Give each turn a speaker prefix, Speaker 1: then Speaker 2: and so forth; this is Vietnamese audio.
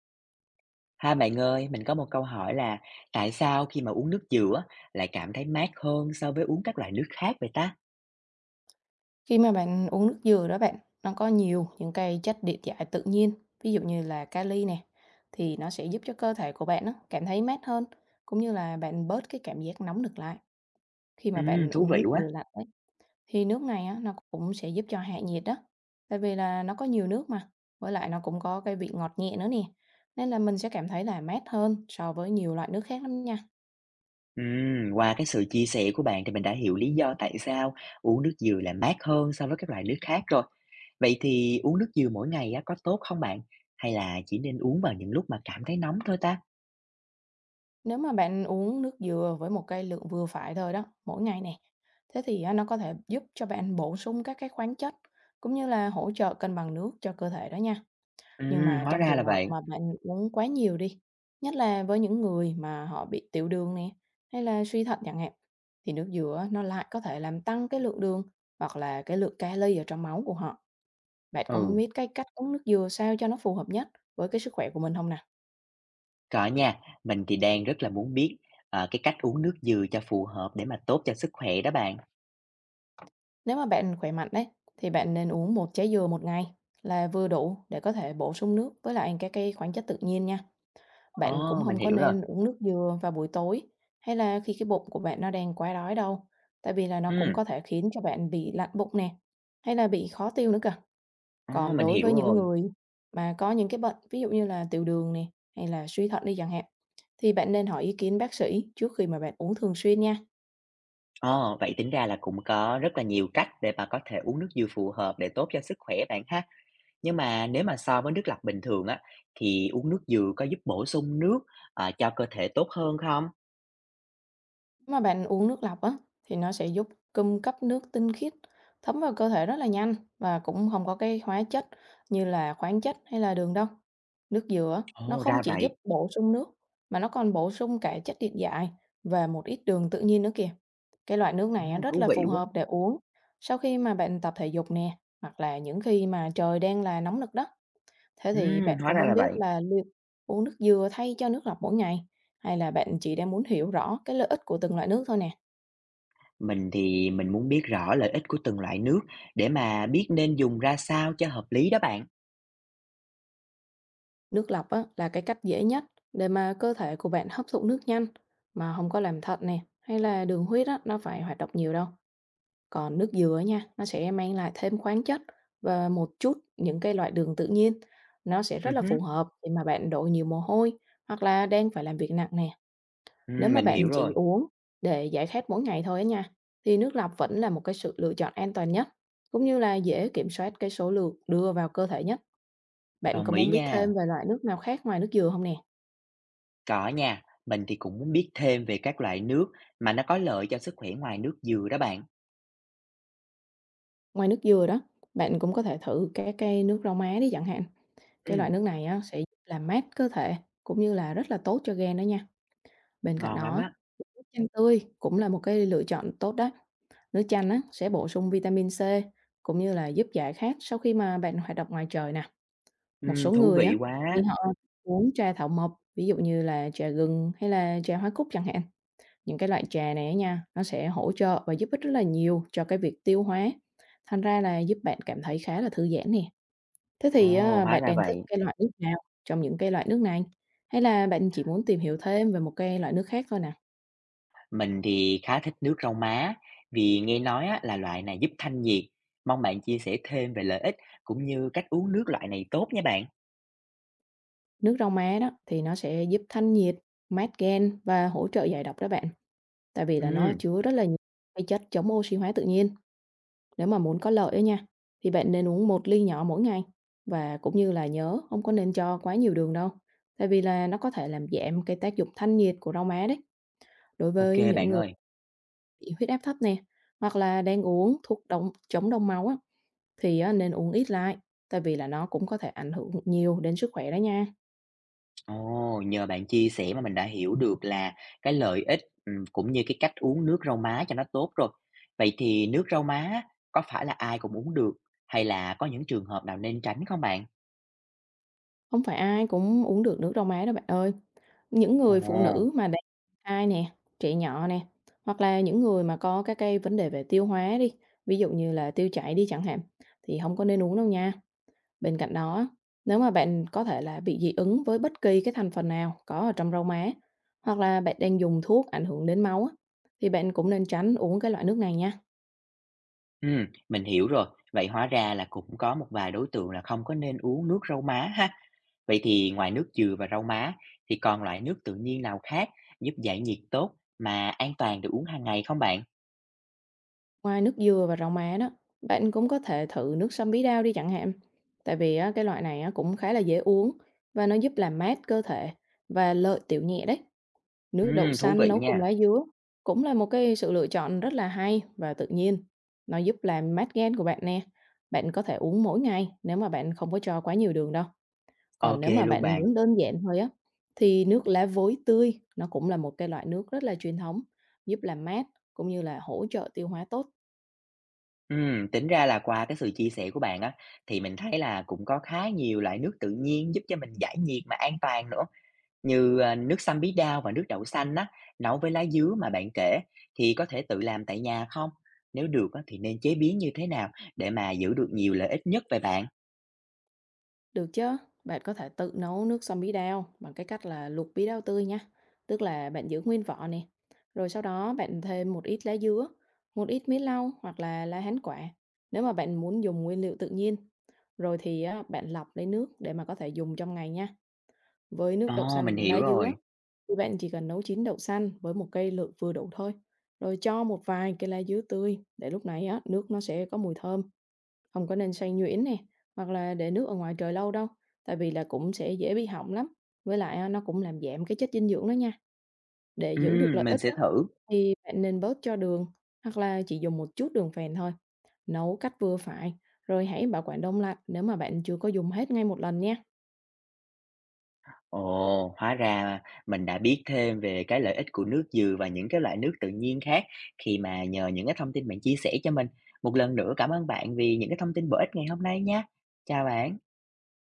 Speaker 1: Hai bạn ơi, mình có một câu hỏi là tại sao khi mà uống nước dừa lại cảm thấy mát hơn so với uống các loại nước khác vậy ta?
Speaker 2: Khi mà bạn uống nước dừa đó bạn, nó có nhiều những cái chất điện giải tự nhiên, ví dụ như là kali nè, thì nó sẽ giúp cho cơ thể của bạn á, cảm thấy mát hơn, cũng như là bạn bớt cái cảm giác nóng nực lại. Khi mà bạn
Speaker 1: Thú
Speaker 2: uống
Speaker 1: vị
Speaker 2: nước
Speaker 1: quá.
Speaker 2: dừa lạnh ấy, thì nước này á, nó cũng sẽ giúp cho hạ nhiệt đó. Tại vì là nó có nhiều nước mà, với lại nó cũng có cái vị ngọt nhẹ nữa nè. Nên là mình sẽ cảm thấy là mát hơn so với nhiều loại nước khác lắm nha.
Speaker 1: Qua cái sự chia sẻ của bạn thì mình đã hiểu lý do tại sao uống nước dừa lại mát hơn so với các loại nước khác rồi. Vậy thì uống nước dừa mỗi ngày á, có tốt không bạn? Hay là chỉ nên uống vào những lúc mà cảm thấy nóng thôi ta?
Speaker 2: Nếu mà bạn uống nước dừa với một cái lượng vừa phải thôi đó, mỗi ngày nè, thế thì á, nó có thể giúp cho bạn bổ sung các cái khoáng chất cũng như là hỗ trợ cân bằng nước cho cơ thể đó nha. Nhưng mà
Speaker 1: Hóa
Speaker 2: trong
Speaker 1: ra
Speaker 2: trường
Speaker 1: là
Speaker 2: hợp
Speaker 1: vậy.
Speaker 2: mà bạn uống quá nhiều đi, nhất là với những người mà họ bị tiểu đường nè hay là suy thận chẳng hạn, thì nước dừa á, nó lại có thể làm tăng cái lượng đường hoặc là cái lượng kali ở trong máu của họ. Bạn có muốn
Speaker 1: Ừ,
Speaker 2: biết cái cách uống nước dừa sao cho nó phù hợp nhất với cái sức khỏe của mình không nè?
Speaker 1: có nha. Mình thì đang rất là muốn biết cái cách uống nước dừa cho phù hợp để mà tốt cho sức khỏe đó bạn.
Speaker 2: Nếu mà bạn khỏe mạnh đấy, thì bạn nên uống một trái dừa một ngày là vừa đủ để có thể bổ sung nước với lại các cái khoáng chất tự nhiên nha. Bạn cũng
Speaker 1: Ồ, mình
Speaker 2: không có
Speaker 1: hiểu rồi.
Speaker 2: nên uống nước dừa vào buổi tối hay là khi cái bụng của bạn nó đang quá đói đâu, tại vì là nó cũng
Speaker 1: Ừm.
Speaker 2: có thể khiến cho bạn bị lạnh bụng nè, hay là bị khó tiêu nữa cả.
Speaker 1: À,
Speaker 2: Còn
Speaker 1: mình
Speaker 2: đối với
Speaker 1: hiểu
Speaker 2: những
Speaker 1: rồi.
Speaker 2: người mà có những cái bệnh ví dụ như là tiểu đường nè, hay là suy thận đi chẳng hạn, thì bạn nên hỏi ý kiến bác sĩ trước khi mà bạn uống thường xuyên nha.
Speaker 1: Ờ, vậy tính ra là cũng có rất là nhiều cách để bà có thể uống nước dừa phù hợp để tốt cho sức khỏe bạn ha. Nhưng mà nếu mà so với nước lọc bình thường á, thì uống nước dừa có giúp bổ sung nước cho cơ thể tốt hơn không?
Speaker 2: Nếu mà bạn uống nước lọc á, thì nó sẽ giúp cung cấp nước tinh khiết thấm vào cơ thể rất là nhanh và cũng không có cái hóa chất như là khoáng chất hay là đường đâu. Nước dừa á, nó
Speaker 1: Ồ,
Speaker 2: không
Speaker 1: ra
Speaker 2: chỉ giúp
Speaker 1: vậy.
Speaker 2: bổ sung nước mà nó còn bổ sung cả chất điện giải và một ít đường tự nhiên nữa kìa. Cái loại nước
Speaker 1: Ừ,
Speaker 2: này á, rất
Speaker 1: thú
Speaker 2: là
Speaker 1: vị
Speaker 2: phù
Speaker 1: quá.
Speaker 2: hợp để uống sau khi mà bạn tập thể dục nè, hoặc là những khi mà trời đang là nóng nực đó. Thế
Speaker 1: Ừ,
Speaker 2: thì bạn có
Speaker 1: hóa ra
Speaker 2: muốn
Speaker 1: là
Speaker 2: biết
Speaker 1: vậy.
Speaker 2: là liệu uống nước dừa thay cho nước lọc mỗi ngày, hay là bạn chỉ đang muốn hiểu rõ cái lợi ích của từng loại nước thôi nè?
Speaker 1: Mình thì mình muốn biết rõ lợi ích của từng loại nước để mà biết nên dùng ra sao cho hợp lý đó bạn.
Speaker 2: Nước lọc á, là cái cách dễ nhất để mà cơ thể của bạn hấp thụ nước nhanh mà không có làm thận nè hay là đường huyết á, nó phải hoạt động nhiều đâu. Còn nước dừa á nha, nó sẽ mang lại thêm khoáng chất và một chút những cái loại đường tự nhiên. Nó sẽ rất
Speaker 1: Ừ,
Speaker 2: là
Speaker 1: hứ.
Speaker 2: phù hợp khi mà bạn đổ nhiều mồ hôi hoặc là đang phải làm việc nặng nè.
Speaker 1: Ừ,
Speaker 2: Nếu mà
Speaker 1: mình hiểu
Speaker 2: bạn chỉ
Speaker 1: rồi.
Speaker 2: uống để giải khát mỗi ngày thôi á nha, thì nước lọc vẫn là một cái sự lựa chọn an toàn nhất, cũng như là dễ kiểm soát cái số lượng đưa vào cơ thể nhất. Bạn có
Speaker 1: Đồng ý
Speaker 2: muốn biết thêm
Speaker 1: nha.
Speaker 2: về loại nước nào khác ngoài nước dừa không nè?
Speaker 1: Có nha, mình thì cũng muốn biết thêm về các loại nước mà nó có lợi cho sức khỏe ngoài nước dừa đó bạn.
Speaker 2: Ngoài nước dừa đó, bạn cũng có thể thử cái cây nước rau má đi chẳng hạn. Cái loại
Speaker 1: Ừm,
Speaker 2: nước này á, sẽ giúp làm mát cơ thể cũng như là rất là tốt cho gan đó nha. Bên cạnh
Speaker 1: ngon lắm
Speaker 2: đó,
Speaker 1: á.
Speaker 2: nước chanh tươi cũng là một cái lựa chọn tốt đó. Nước chanh á, sẽ bổ sung vitamin C cũng như là giúp giải khát sau khi mà bạn hoạt động ngoài trời nè. Một số
Speaker 1: Thú
Speaker 2: người
Speaker 1: vị
Speaker 2: á, thì
Speaker 1: quá.
Speaker 2: họ uống trà thảo mộc, ví dụ như là trà gừng hay là trà hoa cúc chẳng hạn. Những cái loại trà này á nha, nó sẽ hỗ trợ và giúp ích rất là nhiều cho cái việc tiêu hóa, thành ra là giúp bạn cảm thấy khá là thư giãn nè. Thế thì
Speaker 1: Ồ,
Speaker 2: á,
Speaker 1: hóa
Speaker 2: bạn
Speaker 1: ra
Speaker 2: đang thích
Speaker 1: vậy.
Speaker 2: cái loại nước nào trong những cái loại nước này? Hay là bạn chỉ muốn tìm hiểu thêm về một cái loại nước khác thôi nè?
Speaker 1: Mình thì khá thích nước rau má vì nghe nói á, là loại này giúp thanh nhiệt. Mong bạn chia sẻ thêm về lợi ích cũng như cách uống nước loại này tốt nha bạn.
Speaker 2: Nước rau má đó thì nó sẽ giúp thanh nhiệt, mát gan và hỗ trợ giải độc đó bạn, tại vì là nó
Speaker 1: Ừm,
Speaker 2: chứa rất là nhiều cái chất chống oxy hóa tự nhiên. Nếu mà muốn có lợi ấy nha, thì bạn nên uống một ly nhỏ mỗi ngày và cũng như là nhớ không có nên cho quá nhiều đường đâu, tại vì là nó có thể làm giảm cái tác dụng thanh nhiệt của rau má đấy. Đối
Speaker 1: ok
Speaker 2: với những
Speaker 1: bạn
Speaker 2: người
Speaker 1: ơi.
Speaker 2: bị huyết áp thấp nè, hoặc là đang uống thuốc đông chống đông máu á, thì á, nên uống ít lại, tại vì là nó cũng có thể ảnh hưởng nhiều đến sức khỏe đó nha.
Speaker 1: Ồ, nhờ bạn chia sẻ mà mình đã hiểu được là cái lợi ích, cũng như cái cách uống nước rau má cho nó tốt rồi. Vậy thì nước rau má á, có phải là ai cũng uống được hay là có những trường hợp nào nên tránh không bạn?
Speaker 2: Không phải ai cũng uống được nước rau má đâu bạn ơi. Những người phụ
Speaker 1: Ồ,
Speaker 2: nữ mà đang thai nè, trẻ nhỏ nè, hoặc là những người mà có các cái vấn đề về tiêu hóa đi, ví dụ như là tiêu chảy đi chẳng hạn, thì không có nên uống đâu nha. Bên cạnh đó, nếu mà bạn có thể là bị dị ứng với bất kỳ cái thành phần nào có ở trong rau má, hoặc là bạn đang dùng thuốc ảnh hưởng đến máu á, thì bạn cũng nên tránh uống cái loại nước này nha.
Speaker 1: mình hiểu rồi. Vậy hóa ra là cũng có một vài đối tượng là không có nên uống nước rau má ha. Vậy thì ngoài nước dừa và rau má thì còn loại nước tự nhiên nào khác giúp giải nhiệt tốt mà an toàn để uống hàng ngày không bạn?
Speaker 2: Ngoài nước dừa và rau má đó, bạn cũng có thể thử nước sâm bí đao đi chẳng hạn. Tại vì á, cái loại này á, cũng khá là dễ uống và nó giúp làm mát cơ thể và lợi tiểu nhẹ đấy. Nước đậu
Speaker 1: Thú
Speaker 2: xanh
Speaker 1: vị
Speaker 2: nấu cùng
Speaker 1: nha.
Speaker 2: lá dứa cũng là một cái sự lựa chọn rất là hay và tự nhiên. Nó giúp làm mát gan của bạn nè. Bạn có thể uống mỗi ngày nếu mà bạn không có cho quá nhiều đường đâu. Còn
Speaker 1: Ok
Speaker 2: nếu mà
Speaker 1: luôn
Speaker 2: bạn
Speaker 1: bạn.
Speaker 2: muốn đơn giản thôi á, thì nước lá vối tươi nó cũng là một cái loại nước rất là truyền thống, giúp làm mát cũng như là hỗ trợ tiêu hóa tốt.
Speaker 1: Tính ra là qua cái sự chia sẻ của bạn á, thì mình thấy là cũng có khá nhiều loại nước tự nhiên giúp cho mình giải nhiệt mà an toàn nữa, nước sâm bí đao và nước đậu xanh á, nấu với lá dứa mà bạn kể, thì có thể tự làm tại nhà không? Nếu được á, thì nên chế biến như thế nào để mà giữ được nhiều lợi ích nhất về bạn?
Speaker 2: Được chứ, bạn có thể tự nấu nước sâm bí đao bằng cái cách là luộc bí đao tươi nha. Tức là bạn giữ nguyên vỏ nè. Rồi sau đó bạn thêm một ít lá dứa, một ít mít lau hoặc là lá hán quả. Nếu mà bạn muốn dùng nguyên liệu tự nhiên, rồi thì á, bạn lọc lấy nước để mà có thể dùng trong ngày nha. Với nước đậu
Speaker 1: Ồ, mình
Speaker 2: xanh lá
Speaker 1: hiểu
Speaker 2: dứa,
Speaker 1: rồi.
Speaker 2: thì bạn chỉ cần nấu chín đậu xanh với một cây lượng vừa đủ thôi. Rồi cho một vài cái lá dứa tươi để lúc này á, nước nó sẽ có mùi thơm, không có nên xay nhuyễn nè, hoặc là để nước ở ngoài trời lâu đâu, tại vì là cũng sẽ dễ bị hỏng lắm. Với lại á, nó cũng làm giảm cái chất dinh dưỡng đó nha. Để giữ được lợi
Speaker 1: Mình
Speaker 2: ích
Speaker 1: sẽ
Speaker 2: đó
Speaker 1: thử.
Speaker 2: thì bạn nên bớt cho đường, hoặc là chỉ dùng một chút đường phèn thôi. Nấu cách vừa phải, rồi hãy bảo quản đông lạnh nếu mà bạn chưa có dùng hết ngay một lần nha.
Speaker 1: Ồ, hóa ra mình đã biết thêm về cái lợi ích của nước dừa và những cái loại nước tự nhiên khác khi mà nhờ những cái thông tin bạn chia sẻ cho mình. Một lần nữa cảm ơn bạn vì những cái thông tin bổ ích ngày hôm nay nha. Chào bạn.